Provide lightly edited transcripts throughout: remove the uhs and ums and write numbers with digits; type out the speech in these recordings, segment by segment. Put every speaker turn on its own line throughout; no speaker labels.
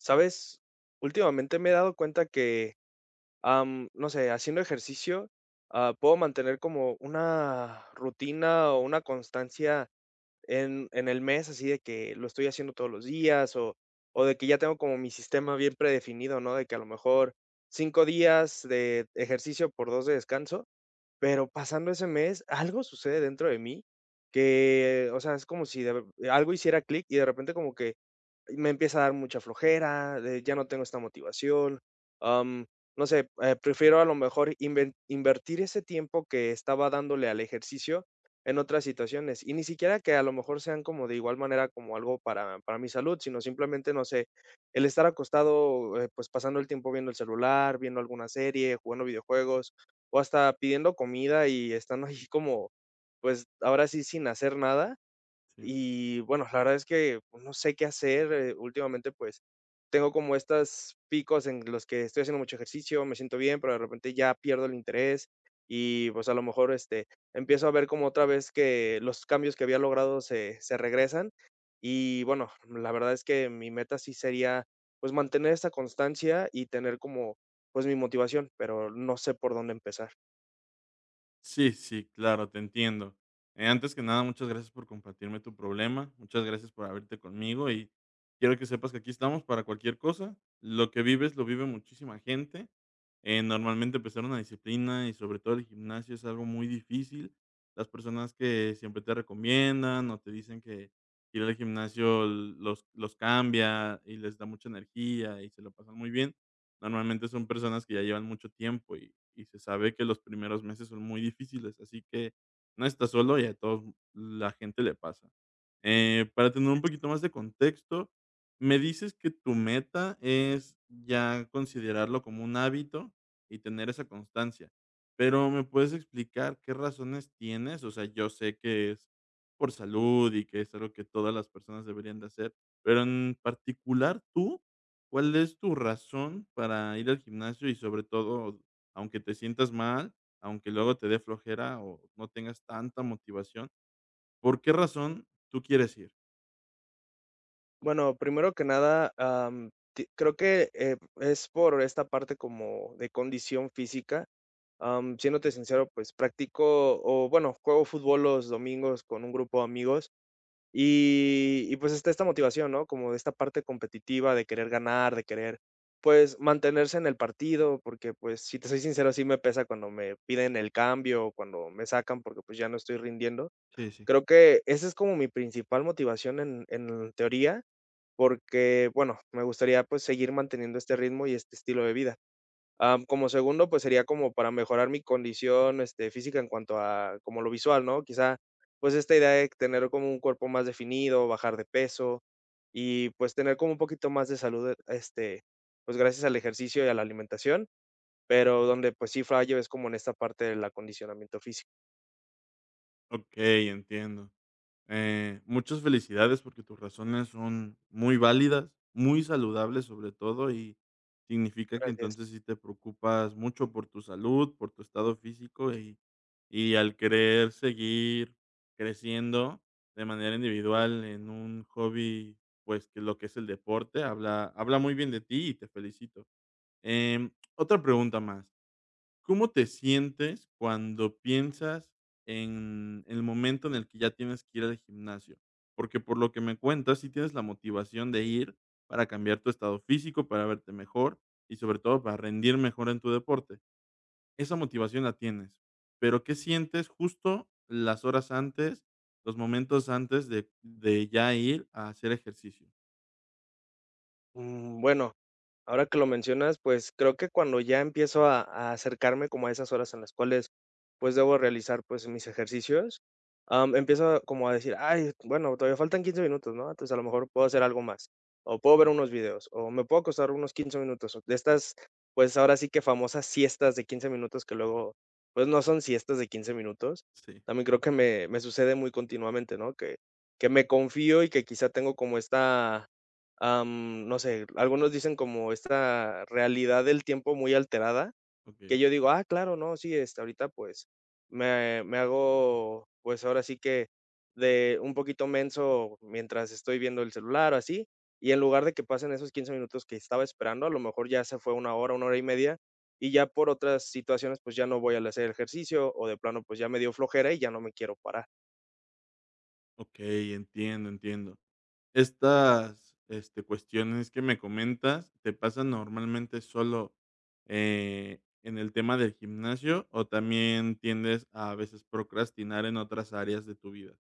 ¿Sabes? Últimamente me he dado cuenta que, no sé, haciendo ejercicio, puedo mantener como una rutina o una constancia en el mes, así de que lo estoy haciendo todos los días o, de que ya tengo como mi sistema bien predefinido, ¿no? De que a lo mejor 5 días de ejercicio por 2 de descanso, pero pasando ese mes, algo sucede dentro de mí que, o sea, es como si algo hiciera clic y de repente como que me empieza a dar mucha flojera, ya no tengo esta motivación, am, no sé, prefiero a lo mejor inven invertir ese tiempo que estaba dándole al ejercicio en otras situaciones, y ni siquiera que a lo mejor sean como de igual manera como algo para mi salud, sino simplemente, no sé, el estar acostado, pues, pasando el tiempo viendo el celular, viendo alguna serie, jugando videojuegos, o hasta pidiendo comida y estando ahí como, pues, ahora sí sin hacer nada.
Sí.
Y bueno, la verdad es que pues, no sé qué hacer. Últimamente, pues tengo como estos picos en los que estoy haciendo mucho ejercicio, me siento bien, pero de repente ya pierdo el interés y pues a lo mejor este, empiezo a ver como otra vez que los cambios que había logrado se regresan. Y bueno, la verdad es que mi meta sí sería pues mantener esta constancia y tener como pues mi motivación, pero no sé por dónde empezar.
Sí, sí, claro, te entiendo. Antes que nada, muchas gracias por compartirme tu problema, muchas gracias por abrirte conmigo y quiero que sepas que aquí estamos para cualquier cosa. Lo que vives lo vive muchísima gente. Normalmente empezar una disciplina y sobre todo el gimnasio es algo muy difícil. Las personas que siempre te recomiendan o te dicen que ir al gimnasio los cambia y les da mucha energía y se lo pasan muy bien. Normalmente son personas que ya llevan mucho tiempo y se sabe que los primeros meses son muy difíciles, así que no estás solo y a todos la gente le pasa. Para tener un poquito más de contexto, me dices que tu meta es ya considerarlo como un hábito y tener esa constancia, pero ¿me puedes explicar qué razones tienes? O sea, yo sé que es por salud y que es algo que todas las personas deberían de hacer, pero en particular tú, ¿cuál es tu razón para ir al gimnasio? Y sobre todo, aunque te sientas mal, aunque luego te dé flojera o no tengas tanta motivación, ¿por qué razón tú quieres ir?
Bueno, primero que nada, creo que es por esta parte como de condición física. Siéndote sincero, pues practico o bueno, juego fútbol los domingos con un grupo de amigos pues está esta motivación, ¿no? Como de esta parte competitiva de querer ganar, de querer pues mantenerse en el partido, porque pues si te soy sincero, sí me pesa cuando me piden el cambio o cuando me sacan porque pues ya no estoy rindiendo.
Sí, sí.
Creo que esa es como mi principal motivación en teoría porque, bueno, me gustaría, pues, seguir manteniendo este ritmo y este estilo de vida. Como segundo, pues, sería como para mejorar mi condición, este, física en cuanto a como lo visual, ¿no? Quizá, pues, esta idea de tener como un cuerpo más definido, bajar de peso y, pues, tener como un poquito más de salud, este, pues, gracias al ejercicio y a la alimentación, pero donde, pues, sí fallo es como en esta parte del acondicionamiento físico.
Okey, entiendo. Muchas felicidades porque tus razones son muy válidas, muy saludables sobre todo, y significa que
Gracias.
entonces sí te preocupas mucho por tu salud, por tu estado físico, y al querer seguir creciendo de manera individual en un hobby, pues que lo que es el deporte, habla muy bien de ti y te felicito. Otra pregunta más. ¿Cómo te sientes cuando piensas en el momento en el que ya tienes que ir al gimnasio? Porque por lo que me cuentas, sí tienes la motivación de ir para cambiar tu estado físico, para verte mejor y sobre todo para rendir mejor en tu deporte. Esa motivación la tienes, pero ¿qué sientes justo las horas antes, los momentos antes de ya ir a hacer ejercicio?
Mm, bueno. Ahora que lo mencionas, pues, creo que cuando ya empiezo a acercarme como a esas horas en las cuales, pues, debo realizar, pues, mis ejercicios, empiezo como a decir: "Ay, bueno, todavía faltan 15 minutos, ¿no? Entonces, a lo mejor puedo hacer algo más, o puedo ver unos videos, o me puedo acostar unos 15 minutos", o de estas, pues, ahora sí que famosas siestas de 15 minutos que luego, pues, no son siestas de 15 minutos.
Sí,
También creo que me sucede muy continuamente, ¿no? Que me confío y que quizá tengo como esta no sé, algunos dicen como esta realidad del tiempo muy alterada,
ok,
que yo digo, ah, claro, no, sí, este, ahorita pues me hago, pues ahora sí que de un poquito menso mientras estoy viendo el celular o así, y en lugar de que pasen esos 15 minutos que estaba esperando, a lo mejor ya se fue una hora y media, y ya por otras situaciones pues ya no voy a hacer ejercicio o de plano pues ya me dio flojera y ya no me quiero parar.
ok, entiendo, entiendo. Estas, este, cuestiones que me comentas, ¿te pasan normalmente solo, en el tema del gimnasio, o también tiendes a veces procrastinar en otras áreas de tu vida?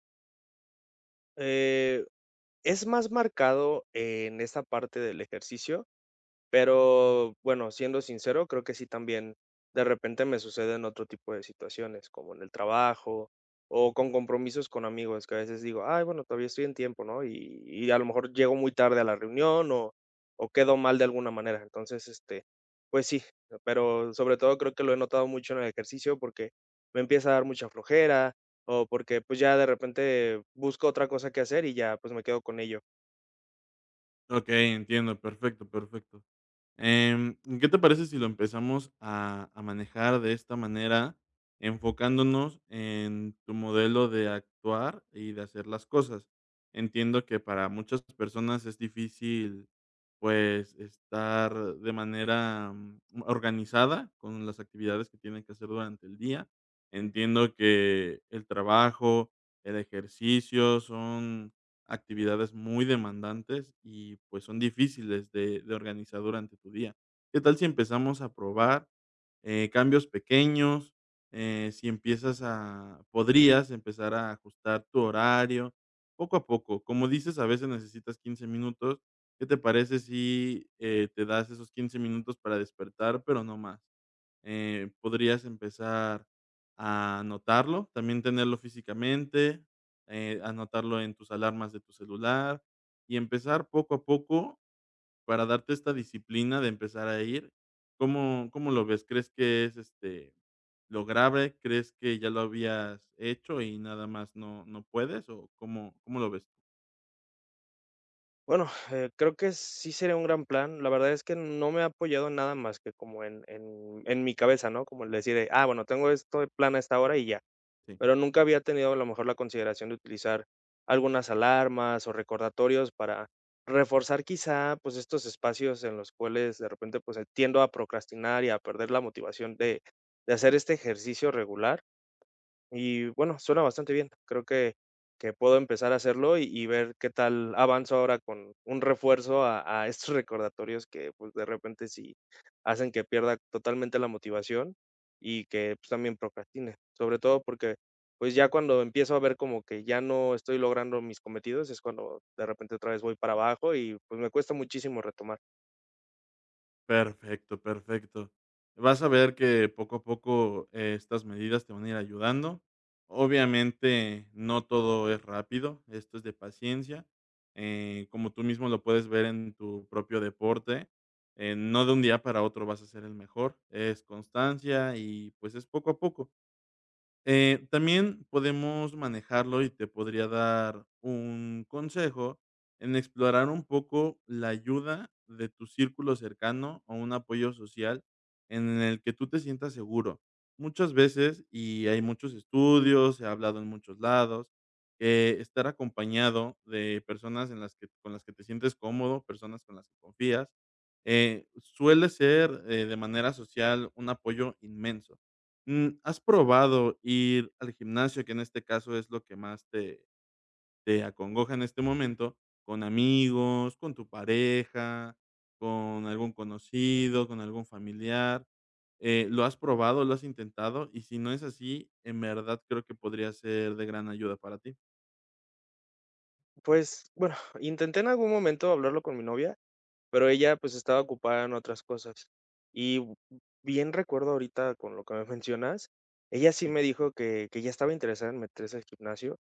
Eh, es más marcado en esta parte del ejercicio. Pero bueno, siendo sincero, creo que sí también de repente me suceden otro tipo de situaciones, como en el trabajo o con compromisos con amigos, que a veces digo, ay, bueno, todavía estoy en tiempo, ¿no? Y a lo mejor llego muy tarde a la reunión o, quedo mal de alguna manera. Entonces, este, pues sí, pero sobre todo creo que lo he notado mucho en el ejercicio porque me empieza a dar mucha flojera o porque pues ya de repente busco otra cosa que hacer y ya pues me quedo con ello.
Okey, entiendo, perfecto, perfecto. ¿Qué te parece si lo empezamos a manejar de esta manera, enfocándonos en tu modelo de actuar y de hacer las cosas? Entiendo que para muchas personas es difícil, pues, estar de manera, mm, organizada con las actividades que tienen que hacer durante el día. Entiendo que el trabajo, el ejercicio son actividades muy demandantes y, pues, son difíciles de organizar durante tu día. ¿Qué tal si empezamos a probar, cambios pequeños? Si empiezas a podrías empezar a ajustar tu horario poco a poco. Como dices, a veces necesitas 15 minutos. ¿Qué te parece si, te das esos 15 minutos para despertar, pero no más? Eh, podrías empezar a anotarlo, también tenerlo físicamente, anotarlo en tus alarmas de tu celular y empezar poco a poco para darte esta disciplina de empezar a ir. ¿Cómo, cómo lo ves? ¿Crees que es este lograble? ¿Crees que ya lo habías hecho y nada más no, no puedes? ¿O cómo, cómo lo ves?
Bueno, creo que sí sería un gran plan. La verdad es que no me ha apoyado en nada más que como en mi cabeza, ¿no? Como el decir de: "Ah, bueno, tengo esto de plan a esta hora y ya".
Sí.
Pero nunca había tenido a lo mejor la consideración de utilizar algunas alarmas o recordatorios para reforzar quizá, pues, estos espacios en los cuales de repente, pues, tiendo a procrastinar y a perder la motivación de hacer este ejercicio regular. Y bueno, suena bastante bien. Creo que puedo empezar a hacerlo y ver qué tal avanzo ahora con un refuerzo a estos recordatorios que pues de repente sí hacen que pierda totalmente la motivación y que pues, también procrastine. Sobre todo porque pues ya cuando empiezo a ver como que ya no estoy logrando mis cometidos es cuando de repente otra vez voy para abajo y pues me cuesta muchísimo retomar.
Perfecto, perfecto. Vas a ver que poco a poco, estas medidas te van a ir ayudando. Obviamente, no todo es rápido, esto es de paciencia. Como tú mismo lo puedes ver en tu propio deporte, no de un día para otro vas a ser el mejor, es constancia y, pues, es poco a poco. También podemos manejarlo y te podría dar un consejo en explorar un poco la ayuda de tu círculo cercano o un apoyo social en el que tú te sientas seguro. Muchas veces, y hay muchos estudios, se ha hablado en muchos lados, que estar acompañado de personas en las que, con las que te sientes cómodo, personas con las que confías, suele ser de manera social un apoyo inmenso. Mm, ¿has probado ir al gimnasio, que en este caso es lo que más te acongoja en este momento, con amigos, con tu pareja, con algún conocido, con algún familiar? ¿Lo has probado, lo has intentado? Y si no es así, en verdad creo que podría ser de gran ayuda para ti.
Pues bueno, intenté en algún momento hablarlo con mi novia. Pero ella, pues, estaba ocupada en otras cosas. Y bien recuerdo ahorita con lo que me mencionas, ella sí
Sí.
me dijo que ya estaba interesada en meterse al gimnasio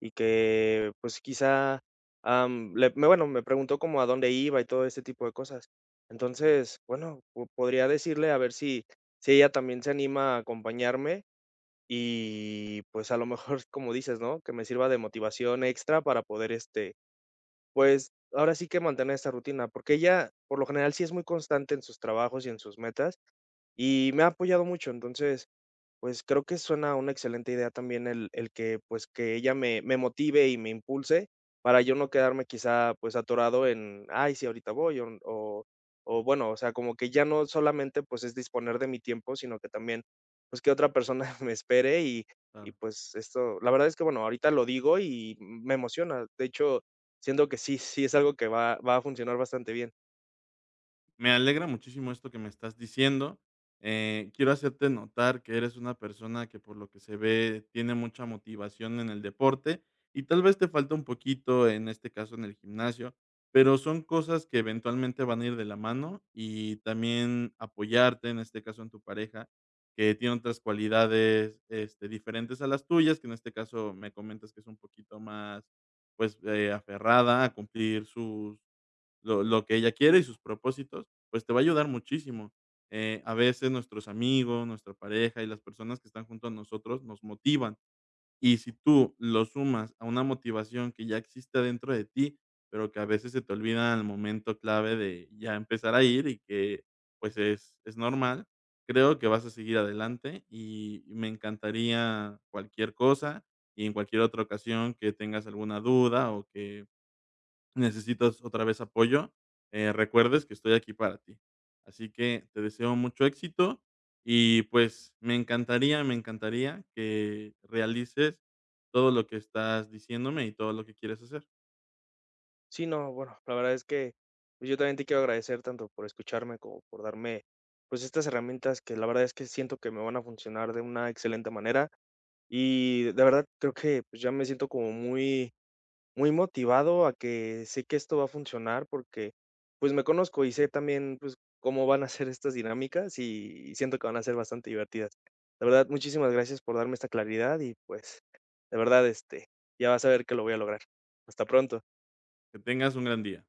y que, pues, quizá, am, le me bueno, me preguntó como a dónde iba y todo este tipo de cosas. Entonces, bueno, po podría decirle a ver si ella también se anima a acompañarme y, pues, a lo mejor, como dices, ¿no?, que me sirva de motivación extra para poder, este, pues, ahora sí que mantener esta rutina, porque ella, por lo general, sí es muy constante en sus trabajos y en sus metas, y me ha apoyado mucho. Entonces pues creo que suena una excelente idea también el que, pues, que ella me motive y me impulse para yo no quedarme quizá, pues, atorado en: "Ay, sí, ahorita voy", o bueno, o sea, como que ya no solamente, pues, es disponer de mi tiempo, sino que también, pues, que otra persona me espere y,
Claro.
pues, esto la verdad es que, bueno, ahorita lo digo y me emociona. De hecho, siento que sí, sí es algo que va a funcionar bastante bien.
Me alegra muchísimo esto que me estás diciendo. Quiero hacerte notar que eres una persona que por lo que se ve tiene mucha motivación en el deporte y tal vez te falta un poquito, en este caso en el gimnasio, pero son cosas que eventualmente van a ir de la mano, y también apoyarte, en este caso en tu pareja, que tiene otras cualidades este, diferentes a las tuyas, que en este caso me comentas que es un poquito más pues aferrada a cumplir sus lo que ella quiere y sus propósitos, pues te va a ayudar muchísimo. A veces nuestros amigos, nuestra pareja y las personas que están junto a nosotros nos motivan. Y si tú lo sumas a una motivación que ya existe dentro de ti, pero que a veces se te olvida en el momento clave de ya empezar a ir y que, pues, es normal, creo que vas a seguir adelante y me encantaría cualquier cosa y en cualquier otra ocasión que tengas alguna duda o que necesitas otra vez apoyo, recuerdes que estoy aquí para ti. Así que te deseo mucho éxito y pues me encantaría que realices todo lo que estás diciéndome y todo lo que quieres hacer.
Sí, no, bueno, la verdad es que, pues, yo también te quiero agradecer tanto por escucharme como por darme, pues, estas herramientas que la verdad es que siento que me van a funcionar de una excelente manera. Y de verdad creo que, pues, ya me siento como muy muy motivado a que sé que esto va a funcionar porque, pues, me conozco y sé también, pues, cómo van a ser estas dinámicas y siento que van a ser bastante divertidas. La verdad, muchísimas gracias por darme esta claridad y, pues, de verdad, este, ya vas a ver que lo voy a lograr. Hasta pronto.
Que tengas un gran día.